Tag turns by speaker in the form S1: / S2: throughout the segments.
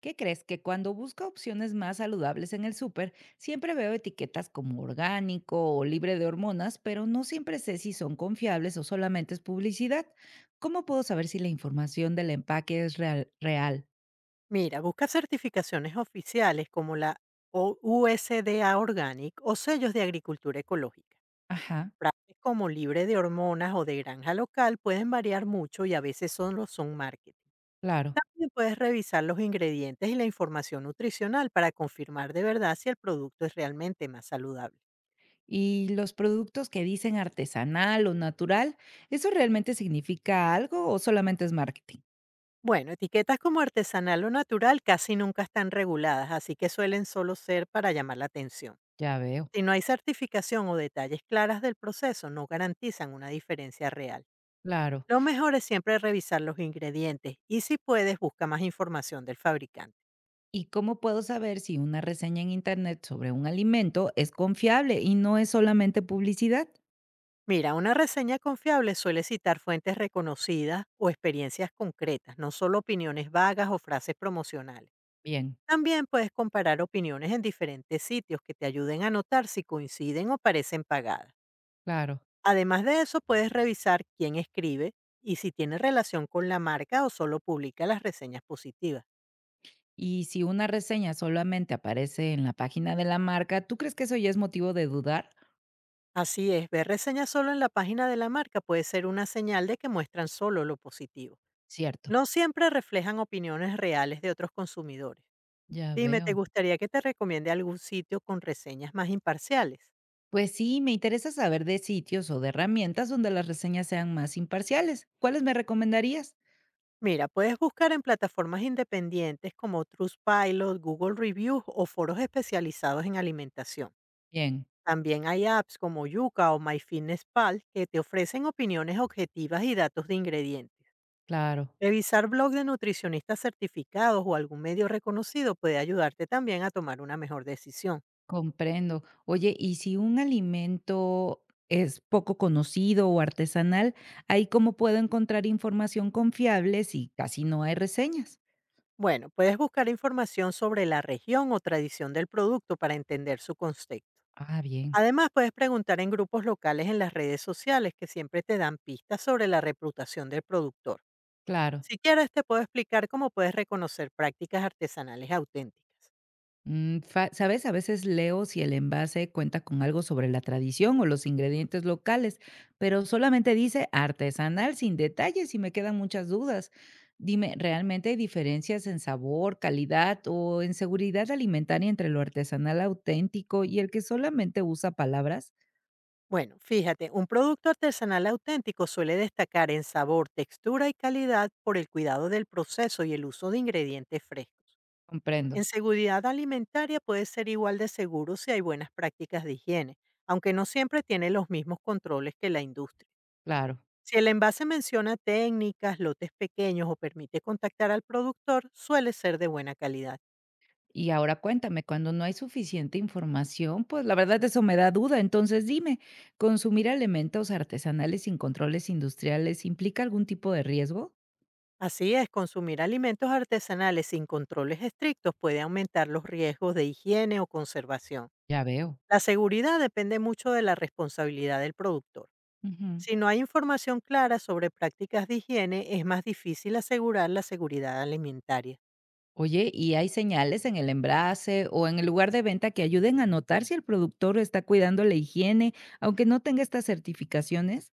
S1: ¿Qué crees? Que cuando busco opciones más saludables en el súper, siempre veo etiquetas como orgánico o libre de hormonas, pero no siempre sé si son confiables o solamente es publicidad. ¿Cómo puedo saber si la información del empaque es real?
S2: Mira, busca certificaciones oficiales como la USDA Organic o sellos de agricultura ecológica.
S1: Ajá,
S2: Frases como libre de hormonas o de granja local pueden variar mucho y a veces solo son marketing.
S1: claro.
S2: También puedes revisar los ingredientes y la información nutricional para confirmar de verdad si el producto es realmente más saludable.
S1: Y los productos que dicen artesanal o natural, ¿eso realmente significa algo o solamente es marketing?
S2: Bueno, etiquetas como artesanal o natural casi nunca están reguladas, así que suelen solo ser para llamar la atención.
S1: Ya veo,
S2: Si no hay certificación o detalles claras del proceso, no garantizan una diferencia real.
S1: claro.
S2: Lo mejor es siempre revisar los ingredientes y si puedes, busca más información del fabricante.
S1: ¿Y cómo puedo saber si una reseña en internet sobre un alimento es confiable y no es solamente publicidad?
S2: Mira, una reseña confiable suele citar fuentes reconocidas o experiencias concretas, no solo opiniones vagas o frases promocionales.
S1: Bien,
S2: También puedes comparar opiniones en diferentes sitios que te ayuden a notar si coinciden o parecen pagadas.
S1: claro.
S2: Además de eso, puedes revisar quién escribe y si tiene relación con la marca o solo publica las reseñas positivas.
S1: Y si una reseña solamente aparece en la página de la marca, ¿tú crees que eso ya es motivo de dudar?
S2: Así es, ver reseñas solo en la página de la marca puede ser una señal de que muestran solo lo positivo.
S1: Cierto,
S2: No siempre reflejan opiniones reales de otros consumidores.
S1: ya
S2: Dime, ¿te
S1: veo.
S2: gustaría que te recomiende algún sitio con reseñas más imparciales?
S1: Pues sí, me interesa saber de sitios o de herramientas donde las reseñas sean más imparciales. ¿Cuáles me recomendarías?
S2: Mira, puedes buscar en plataformas independientes como Trustpilot, Google Reviews o foros especializados en alimentación.
S1: Bien,
S2: También hay apps como Yuka o MyFitnessPal que te ofrecen opiniones objetivas y datos de ingredientes.
S1: claro.
S2: Revisar blog de nutricionistas certificados o algún medio reconocido puede ayudarte también a tomar una mejor decisión.
S1: Comprendo. Oye, y si un alimento es poco conocido o artesanal, ¿ahí cómo puedo encontrar información confiable si casi no hay reseñas?
S2: Bueno, puedes buscar información sobre la región o tradición del producto para entender su contexto.
S1: Ah, bien,
S2: Además, puedes preguntar en grupos locales en las redes sociales que siempre te dan pistas sobre la reputación del productor.
S1: claro.
S2: Si quieres, te puedo explicar cómo puedes reconocer prácticas artesanales auténticas.
S1: ¿Sabes? A veces leo si el envase cuenta con algo sobre la tradición o los ingredientes locales, pero solamente dice artesanal sin detalles y me quedan muchas dudas. Dime, ¿realmente hay diferencias en sabor, calidad o en seguridad alimentaria entre lo artesanal auténtico y el que solamente usa palabras?
S2: Bueno, fíjate, un producto artesanal auténtico suele destacar en sabor, textura y calidad por el cuidado del proceso y el uso de ingredientes frescos.
S1: Comprendo,
S2: En seguridad alimentaria puede ser igual de seguro si hay buenas prácticas de higiene, aunque no siempre tiene los mismos controles que la industria.
S1: claro.
S2: Si el envase menciona técnicas, lotes pequeños o permite contactar al productor, suele ser de buena calidad.
S1: Y ahora cuéntame, cuando no hay suficiente información, pues la verdad eso me da duda. Entonces dime, ¿consumir alimentos artesanales sin controles industriales implica algún tipo de riesgo?
S2: Así es, consumir alimentos artesanales sin controles estrictos puede aumentar los riesgos de higiene o conservación.
S1: Ya veo.
S2: La seguridad depende mucho de la responsabilidad del productor.
S1: Ujú.
S2: Si no hay información clara sobre prácticas de higiene, es más difícil asegurar la seguridad alimentaria.
S1: Oye, ¿y hay señales en el envase o en el lugar de venta que ayuden a notar si el productor está cuidando la higiene, aunque no tenga estas certificaciones?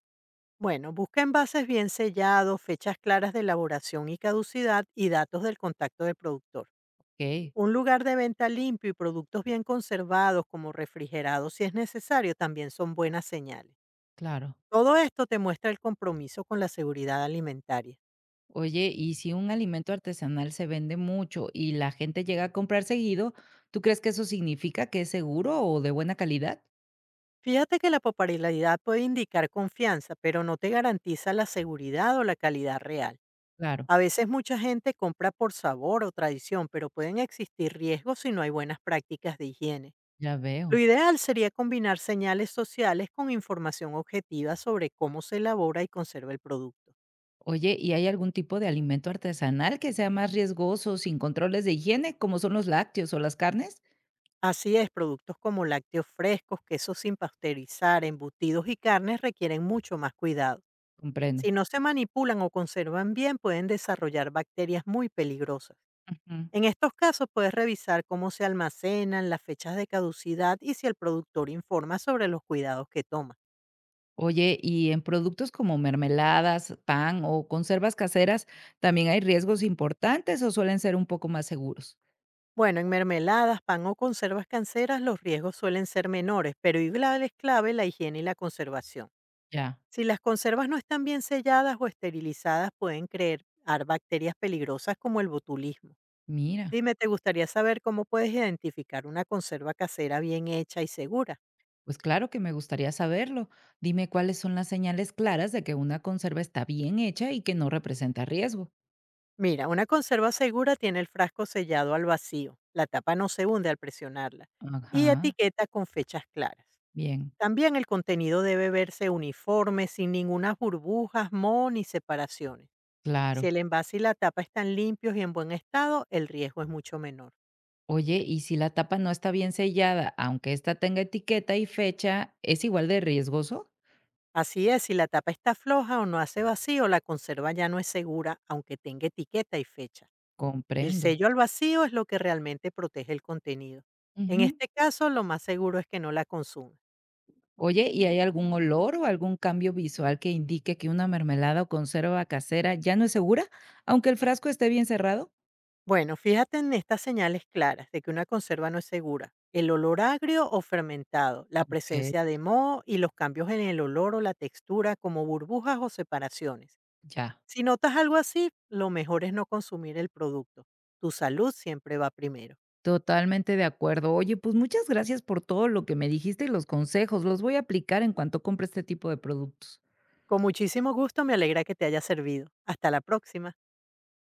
S2: Bueno, busca envases bien sellados, fechas claras de elaboración y caducidad y datos del contacto del productor.
S1: Ok,
S2: Un lugar de venta limpio y productos bien conservados como refrigerados si es necesario también son buenas señales.
S1: claro.
S2: Todo esto te muestra el compromiso con la seguridad alimentaria.
S1: Oye, y si un alimento artesanal se vende mucho y la gente llega a comprar seguido, ¿tú crees que eso significa que es seguro o de buena calidad?
S2: Fíjate que la popularidad puede indicar confianza, pero no te garantiza la seguridad o la calidad real.
S1: Claro,
S2: A veces mucha gente compra por sabor o tradición, pero pueden existir riesgos si no hay buenas prácticas de higiene.
S1: ya
S2: Lo
S1: veo.
S2: ideal sería combinar señales sociales con información objetiva sobre cómo se elabora y conserva el producto.
S1: Oye, ¿y hay algún tipo de alimento artesanal que sea más riesgoso sin controles de higiene, como son los lácteos o las carnes?
S2: Así es, productos como lácteos frescos, quesos sin pasteurizar, embutidos y carnes requieren mucho más cuidado. Si
S1: Comprendo.
S2: no se manipulan o conservan bien, pueden desarrollar bacterias muy peligrosas.
S1: Ujú.
S2: En estos casos puedes revisar cómo se almacenan, las fechas de caducidad y si el productor informa sobre los cuidados que toma.
S1: Oye, ¿y en productos como mermeladas, pan o conservas caseras también hay riesgos importantes o suelen ser un poco más seguros?
S2: Bueno, en mermeladas, pan o conservas canceras los riesgos suelen ser menores, pero igual es clave la higiene y la conservación.
S1: Ya,
S2: Si las conservas no están bien selladas o esterilizadas, pueden crear bacterias peligrosas como el botulismo.
S1: mira.
S2: Dime, ¿te gustaría saber cómo puedes identificar una conserva casera bien hecha y segura?
S1: Pues claro que me gustaría saberlo. Dime cuáles son las señales claras de que una conserva está bien hecha y que no representa riesgo.
S2: Mira, una conserva segura tiene el frasco sellado al vacío, la tapa no se hunde al presionarla y
S1: Ajá,
S2: etiqueta con fechas claras.
S1: bien,
S2: También el contenido debe verse uniforme, sin ninguna burbujas, moho ni separaciones. Si
S1: claro.
S2: el envase y la tapa están limpios y en buen estado, el riesgo es mucho menor.
S1: Oye, y si la tapa no está bien sellada, aunque esta tenga etiqueta y fecha, ¿es igual de riesgoso?
S2: Así es, si la tapa está floja o no hace vacío, la conserva ya no es segura, aunque tenga etiqueta y fecha. El
S1: Comprendo.
S2: sello al vacío es lo que realmente protege el contenido. En
S1: Ujú.
S2: este caso, lo más seguro es que no la consuma.
S1: Oye, ¿y hay algún olor o algún cambio visual que indique que una mermelada o conserva casera ya no es segura, aunque el frasco esté bien cerrado?
S2: Bueno, fíjate en estas señales claras de que una conserva no es segura. El olor agrio o fermentado, la
S1: Ok,
S2: presencia de moho y los cambios en el olor o la textura como burbujas o separaciones.
S1: ya.
S2: Si notas algo así, lo mejor es no consumir el producto. Tu salud siempre va primero.
S1: Totalmente de acuerdo. Oye, pues muchas gracias por todo lo que me dijiste y los consejos. Los voy a aplicar en cuanto compre este tipo de productos.
S2: Con muchísimo gusto, me alegra que te haya servido. Hasta la próxima.